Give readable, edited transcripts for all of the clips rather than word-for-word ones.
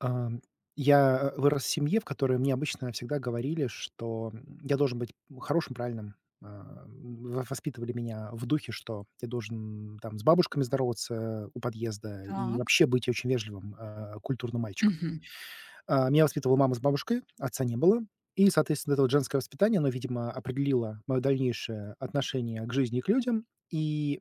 Ам, я, вырос в семье, в которой мне обычно всегда говорили, что я должен быть хорошим, правильным. А, в Воспитывали меня в духе, что я должен там с бабушками здороваться у подъезда и Так. вообще быть очень вежливым, культурным мальчиком. Мгм. Меня воспитывала мама с бабушкой, отца не было. И, соответственно, это вот женское воспитание, оно, видимо, определило моё дальнейшее отношение к жизни и к людям. И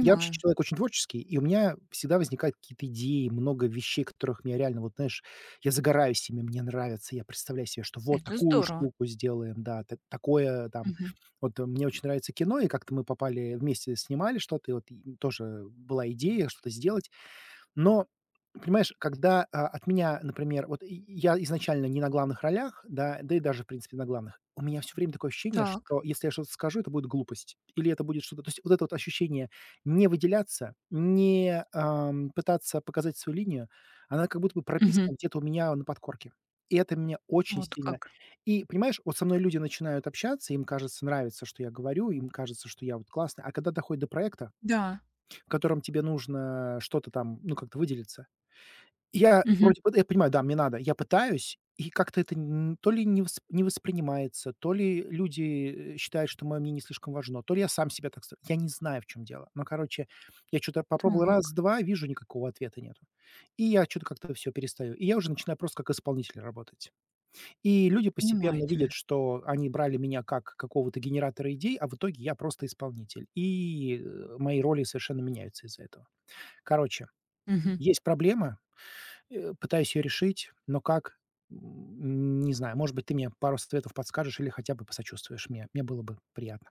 я вообще человек очень творческий, и у меня всегда возникают какие-то идеи, много вещей, которых я реально, вот знаешь, я загораюсь ими, мне нравится, я представляю себе, что вот Это такую здорово. штуку сделаем, да, такое там. Мгм. Вот мне очень нравится кино, и как-то мы попали, вместе снимали что-то, и вот и тоже была идея что-то сделать. Но, понимаешь, когда, от меня, например, вот и я изначально не на главных ролях, да, да и даже, в принципе, на главных, у меня все время такое ощущение, Так. что если я что-то скажу, это будет глупость или это будет что-то, то есть вот это вот ощущение не выделяться, не, пытаться показать свою линию, она как будто бы Мгм. прописана где-то у меня на подкорке. И это меня очень Вот сильно. как. И, понимаешь, вот со мной люди начинают общаться, им, кажется, нравится, что я говорю, им кажется, что я вот классный, а когда доходит до проекта, Да. в котором тебе нужно что-то там, ну, как-то выделиться, я Мгм. вроде бы, да, я понимаю, да, мне надо. Я пытаюсь, и как-то это н то ли не вос не воспринимается, то ли люди, считают, что мое мнение слишком важно, то ли я сам себя так ст Я не знаю, в чем дело. Но, короче, я что то попробовал Так. раз-два, вижу, никакого ответа нету. И я что то как-то все перестаю. И я уже начинаю просто как исполнитель работать. И люди Понимаю постепенно тебя. видят, что они брали меня как какого-то генератора идей, а в итоге я просто исполнитель. И, мои роли совершенно меняются из-за этого. Короче, Мгм. есть проблема. Пытаюсь ее решить, но как? Не знаю. Может быть, ты мне пару советов подскажешь или хотя бы посочувствуешь мне. Мне было бы приятно.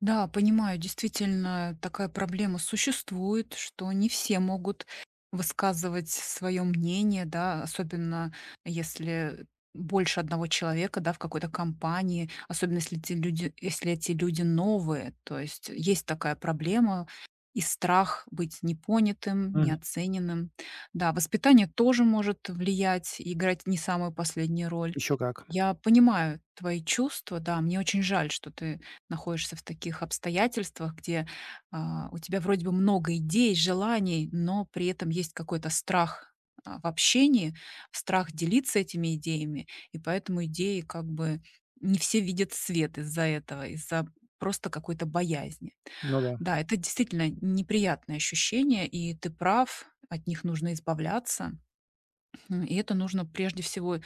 Да, понимаю, действительно, такая проблема существует, что не все могут высказывать свое мнение, да, особенно если больше одного человека, да, в какой-то компании, особенно если эти люди новые, то есть есть такая проблема и страх быть непонятым, Мгм. неоцененным. Да, воспитание тоже может влиять и играть не самую последнюю роль. Еще как. Я понимаю твои чувства, да, мне очень жаль, что ты находишься в таких обстоятельствах, где у тебя вроде бы много идей, желаний, но при этом есть какой-то страх в общении, страх делиться этими идеями, и поэтому идеи как бы не все видят свет из-за этого, из-за просто какой-то боязни. Ну да, Да, это действительно неприятное ощущение, и ты прав, от них нужно избавляться. И это нужно прежде всего,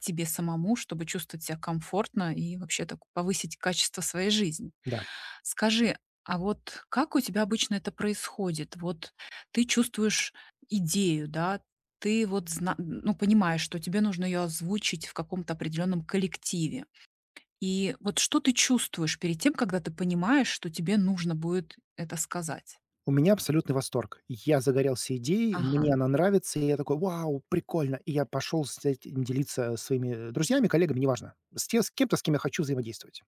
тебе самому, чтобы чувствовать себя комфортно и вообще так повысить качество своей жизни. да. Скажи, а вот как у тебя обычно это происходит? Вот ты чувствуешь идею, да, ты вот зна ну, понимаешь, что тебе нужно ее озвучить в каком-то определенном коллективе. И вот что ты чувствуешь перед тем, когда ты понимаешь, что тебе нужно будет это сказать? У меня абсолютный восторг. Я загорелся идеей, Ага, мне она нравится, и я такой: "Вау, прикольно!" И я пошел с этим делиться своими друзьями, коллегами, неважно, с кем-то, с кем я хочу взаимодействовать.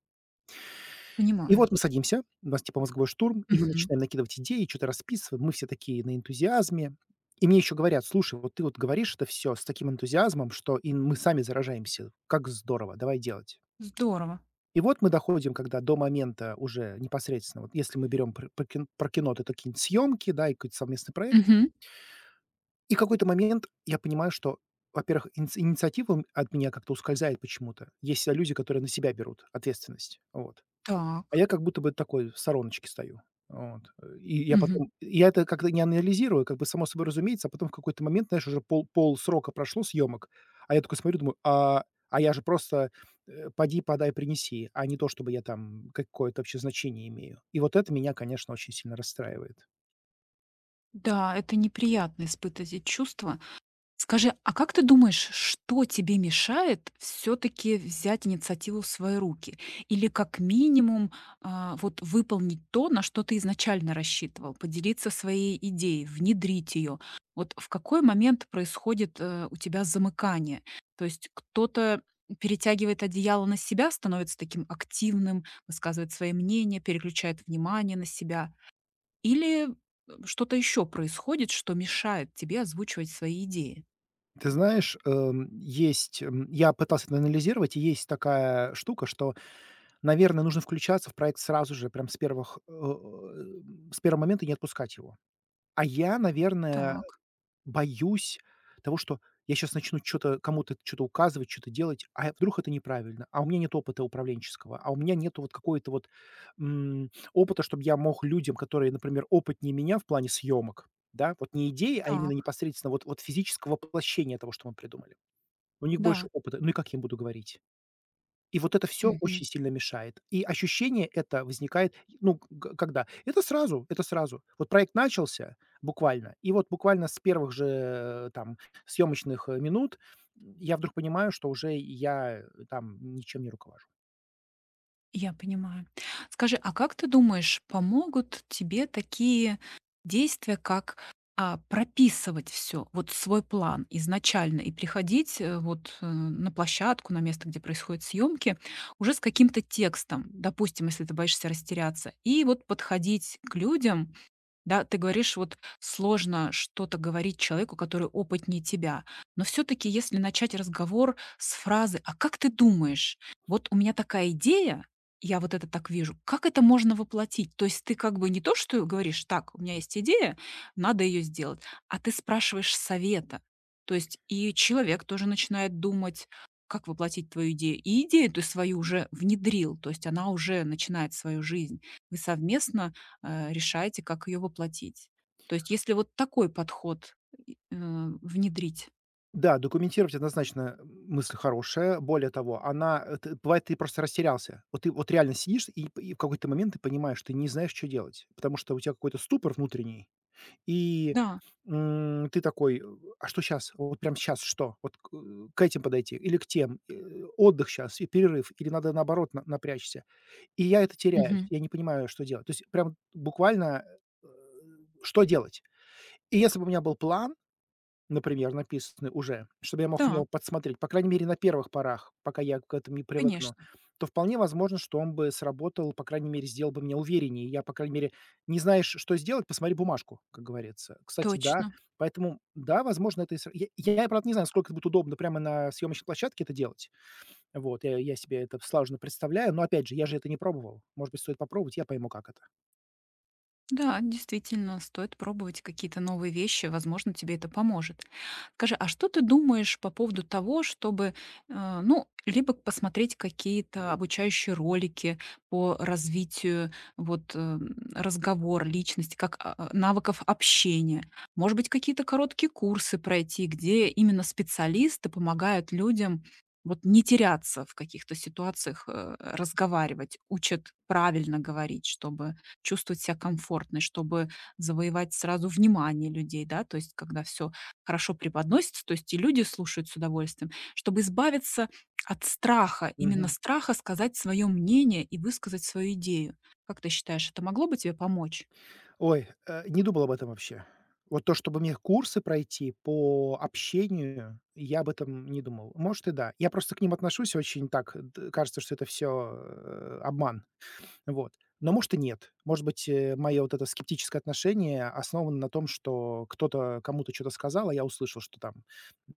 И понимаю. вот мы садимся, у нас типа мозговой штурм, и мы Мгм. начинаем накидывать идеи, что то расписываем. Мы все такие на энтузиазме. И мне еще говорят: "Слушай, вот ты вот говоришь это все с таким энтузиазмом, что и мы сами заражаемся. Как здорово, давай делать". Здорово. И вот мы доходим когда до момента уже непосредственно, вот если мы берем пр про кин про кино, то это какие-нибудь съемки, да, и какой-то совместный проект. Мгм. И какой-то момент я понимаю, что, во-первых, инициатива от меня как-то ускользает почему-то. Есть, люди, которые на себя берут ответственность. Вот. А Так. я как будто бы такой в стороночке стою. Вот. И я потом я это как-то не анализирую, как бы само собой разумеется, а потом в какой-то момент, знаешь, уже пол срока прошло съемок, а я такой смотрю, думаю: "А я же просто, поди, подай, принеси, а не то, чтобы я там какое-то вообще значение имею". И вот это меня, конечно, очень сильно расстраивает. Да, это неприятно испытывать эти чувства. Скажи, а как ты думаешь, что тебе мешает все-таки взять инициативу в свои руки? Или как минимум вот выполнить то, на что ты изначально рассчитывал, поделиться своей идеей, внедрить ее? Вот в какой момент происходит у тебя замыкание? То есть кто-то перетягивает одеяло на себя, становится таким активным, высказывает свои мнения, переключает внимание на себя. Или, что-то еще происходит, что мешает тебе озвучивать свои идеи? Ты знаешь, есть, я пытался это анализировать, и есть такая штука, что, наверное, нужно включаться в проект сразу же, прям с первых, с первого момента и не отпускать его. А я, наверное, Так, боюсь того, что я сейчас начну что то кому-то что то указывать, что то делать, а вдруг это неправильно, а у меня нет опыта управленческого, а у меня нету вот какой-то вот, опыта, чтобы я мог людям, которые, например, опытнее меня в плане съемок, да, вот не идеи, а именно так. непосредственно вот физического воплощения того, что мы придумали. У них больше Да. опыта, ну и как я им буду говорить? И вот это все Мгм. очень сильно мешает. И ощущение это возникает, ну, к когда? Это сразу, это сразу. Вот проект начался буквально, и вот буквально с первых же там съемочных минут я вдруг понимаю, что уже я там ничем не руковожу. Я понимаю. Скажи, а как ты думаешь, помогут тебе такие действия, как, прописывать все, вот свой план изначально и приходить, вот, на площадку, на место, где происходят съемки, уже с каким-то текстом, допустим, если ты боишься растеряться, и вот подходить к людям. Да, ты говоришь, вот сложно что-то говорить человеку, который опытнее тебя. Но все-таки, если начать разговор с фразы «А как ты думаешь? Вот у меня такая идея, я вот это так вижу. Как это можно воплотить?» То есть ты как бы не то, что говоришь, так, у меня есть идея, надо ее сделать, а ты спрашиваешь совета. То есть и человек тоже начинает думать, как воплотить твою идею. И идею ты свою уже внедрил, то есть она уже начинает свою жизнь. Вы совместно решаете, как ее воплотить. То есть если вот такой подход и, внедрить. Да, документировать однозначно мысль хорошая. Более того, она, э, т бывает, ты просто растерялся. Вот ты вот реально сидишь, и п и в какой-то момент ты понимаешь, ты не знаешь, что делать, потому что у тебя какой-то ступор внутренний. И, Да. Ты такой: "А что сейчас? Вот прям сейчас что? Вот к этим подойти или к тем? Отдых сейчас и перерыв, или надо, наоборот, на напрячься?" И я это теряюсь, Мгм. я не понимаю, что делать. То есть прям буквально, э, что делать? И если бы у меня был план, например, написаны уже, чтобы я мог в него Да, подсмотреть. По крайней мере, на первых порах, пока я к этому не привыкну, конечно. то вполне возможно, что он бы сработал, по крайней мере, сделал бы меня увереннее. Я, по крайней мере, не знаешь, что сделать, посмотри бумажку, как говорится. Кстати, да, Точно. поэтому, да, возможно, это и сра Я я, правда, не знаю, насколько это будет удобно прямо на съемочной площадке это делать. Вот, я себе это слаженно представляю, но, опять же, я же это не пробовал. Может быть, стоит попробовать, я пойму, как это. Да, действительно, стоит пробовать какие-то новые вещи, возможно, тебе это поможет. Скажи, а что ты думаешь по поводу того, чтобы, ну, либо посмотреть какие-то обучающие ролики по развитию вот разговора, личности, как навыков общения, может быть, какие-то короткие курсы пройти, где именно специалисты помогают людям вот не теряться в каких-то ситуациях, разговаривать, учат правильно говорить, чтобы чувствовать себя комфортной, чтобы завоевать сразу внимание людей, да, то есть когда все хорошо преподносится, то есть и люди слушают с удовольствием, чтобы избавиться от страха, именно Мгм. страха сказать свое мнение и высказать свою идею. Как ты считаешь, это могло бы тебе помочь? Ой, не думал об этом вообще. Вот то, чтобы мне курсы пройти по общению, я об этом не думал. Может и да. Я просто к ним отношусь очень так, кажется, что это все обман. Вот. Но может и нет. Может быть, мое вот это скептическое отношение основано на том, что кто-то кому-то что-то сказал, а я услышал, что там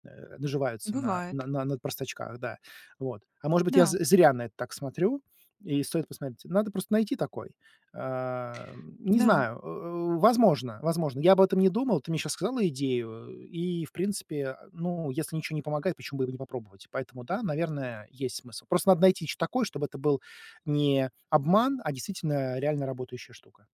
наживаются Бывает. На простачках, да. Вот. А может быть, я Да, з зря на это так смотрю, и стоит посмотреть. Надо просто найти такой. А, Не да. знаю, возможно, возможно. Я об этом не думал, ты мне сейчас сказала идею, и, в принципе, ну, если ничего не помогает, почему бы и не попробовать? Поэтому да, наверное, есть смысл. Просто надо найти что-то такое, чтобы это был не обман, а действительно реально работающая штука.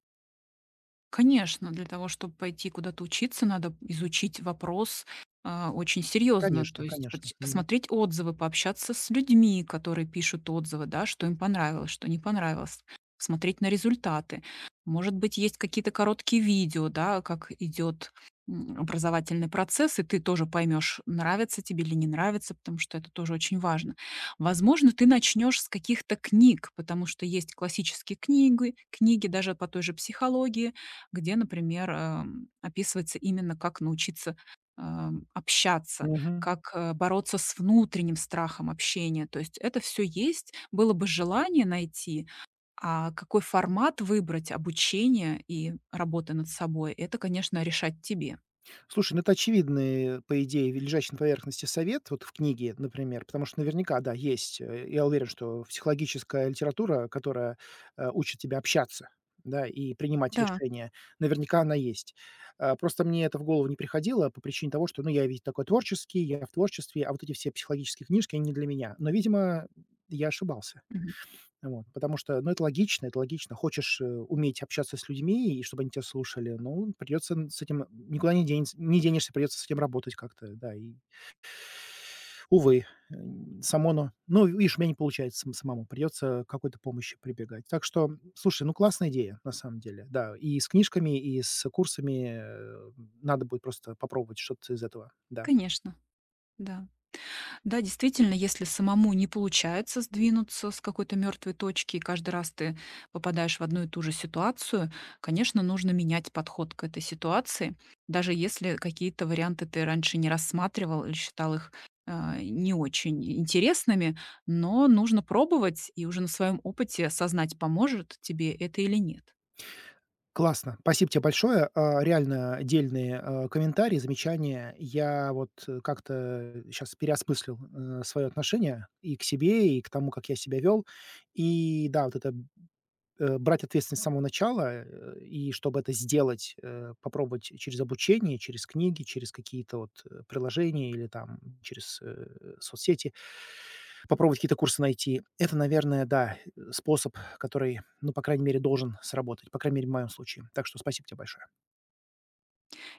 Конечно, для того, чтобы пойти куда-то учиться, надо изучить вопрос, очень серьезно. Конечно, То есть конечно. Мгм. посмотреть отзывы, пообщаться с людьми, которые пишут отзывы, да, что им понравилось, что не понравилось. Смотреть на результаты. Может быть, есть какие-то короткие видео, да, как идет образовательный процесс, и ты тоже поймешь, нравится тебе или не нравится, потому что это тоже очень важно. Возможно, ты начнешь с каких-то книг, потому что есть классические книги, книги даже по той же психологии, где, например, описывается именно, как научиться, общаться, Мгм. как, бороться с внутренним страхом общения. То есть это все есть, было бы желание найти, а какой формат выбрать обучения и работы над собой — это, конечно, решать тебе. Слушай, ну это очевидный, по идее, ви лежащий на поверхности совет, вот в книге, например, потому что наверняка, да, есть, я уверен, что психологическая литература, которая, учит тебя общаться, да, и принимать Да, решения, наверняка она есть. Просто мне это в голову не приходило по причине того, что, ну, я ведь такой творческий, я в творчестве, а вот эти все психологические книжки, они не для меня. Но, видимо, я ошибался. мгм, Вот, потому что, ну, это логично, это логично. Хочешь, уметь общаться с людьми и чтобы они тебя слушали, ну, придется н с этим никуда не денешься, придется с этим работать как-то, да. И, увы, само оно, ну, видишь, у меня не получается самому, придется к какой-то помощи прибегать. Так что, слушай, ну, классная идея, на самом деле, да. И с книжками, и с курсами, надо будет просто попробовать что-то из этого, да. конечно, да. Да, действительно, если самому не получается сдвинуться с какой-то мертвой точки, и каждый раз ты попадаешь в одну и ту же ситуацию, конечно, нужно менять подход к этой ситуации, даже если какие-то варианты ты раньше не рассматривал или считал их не очень интересными, но нужно пробовать и уже на своем опыте осознать, поможет тебе это или нет. Классно. Спасибо тебе большое. Реально дельные, комментарии, замечания. Я вот, как-то сейчас переосмыслил, свое отношение и к себе, и к тому, как я себя вел. И да, вот это, брать ответственность с самого начала, и чтобы это сделать, попробовать через обучение, через книги, через какие-то вот, приложения или там через, соцсети попробовать какие-то курсы найти. Это, наверное, да, способ, который, ну, по крайней мере, должен сработать. По крайней мере, в моем случае. Так что спасибо тебе большое.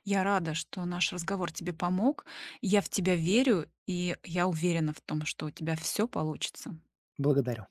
Я рада, что наш разговор тебе помог. Я в тебя верю, и я уверена в том, что у тебя все получится. Благодарю.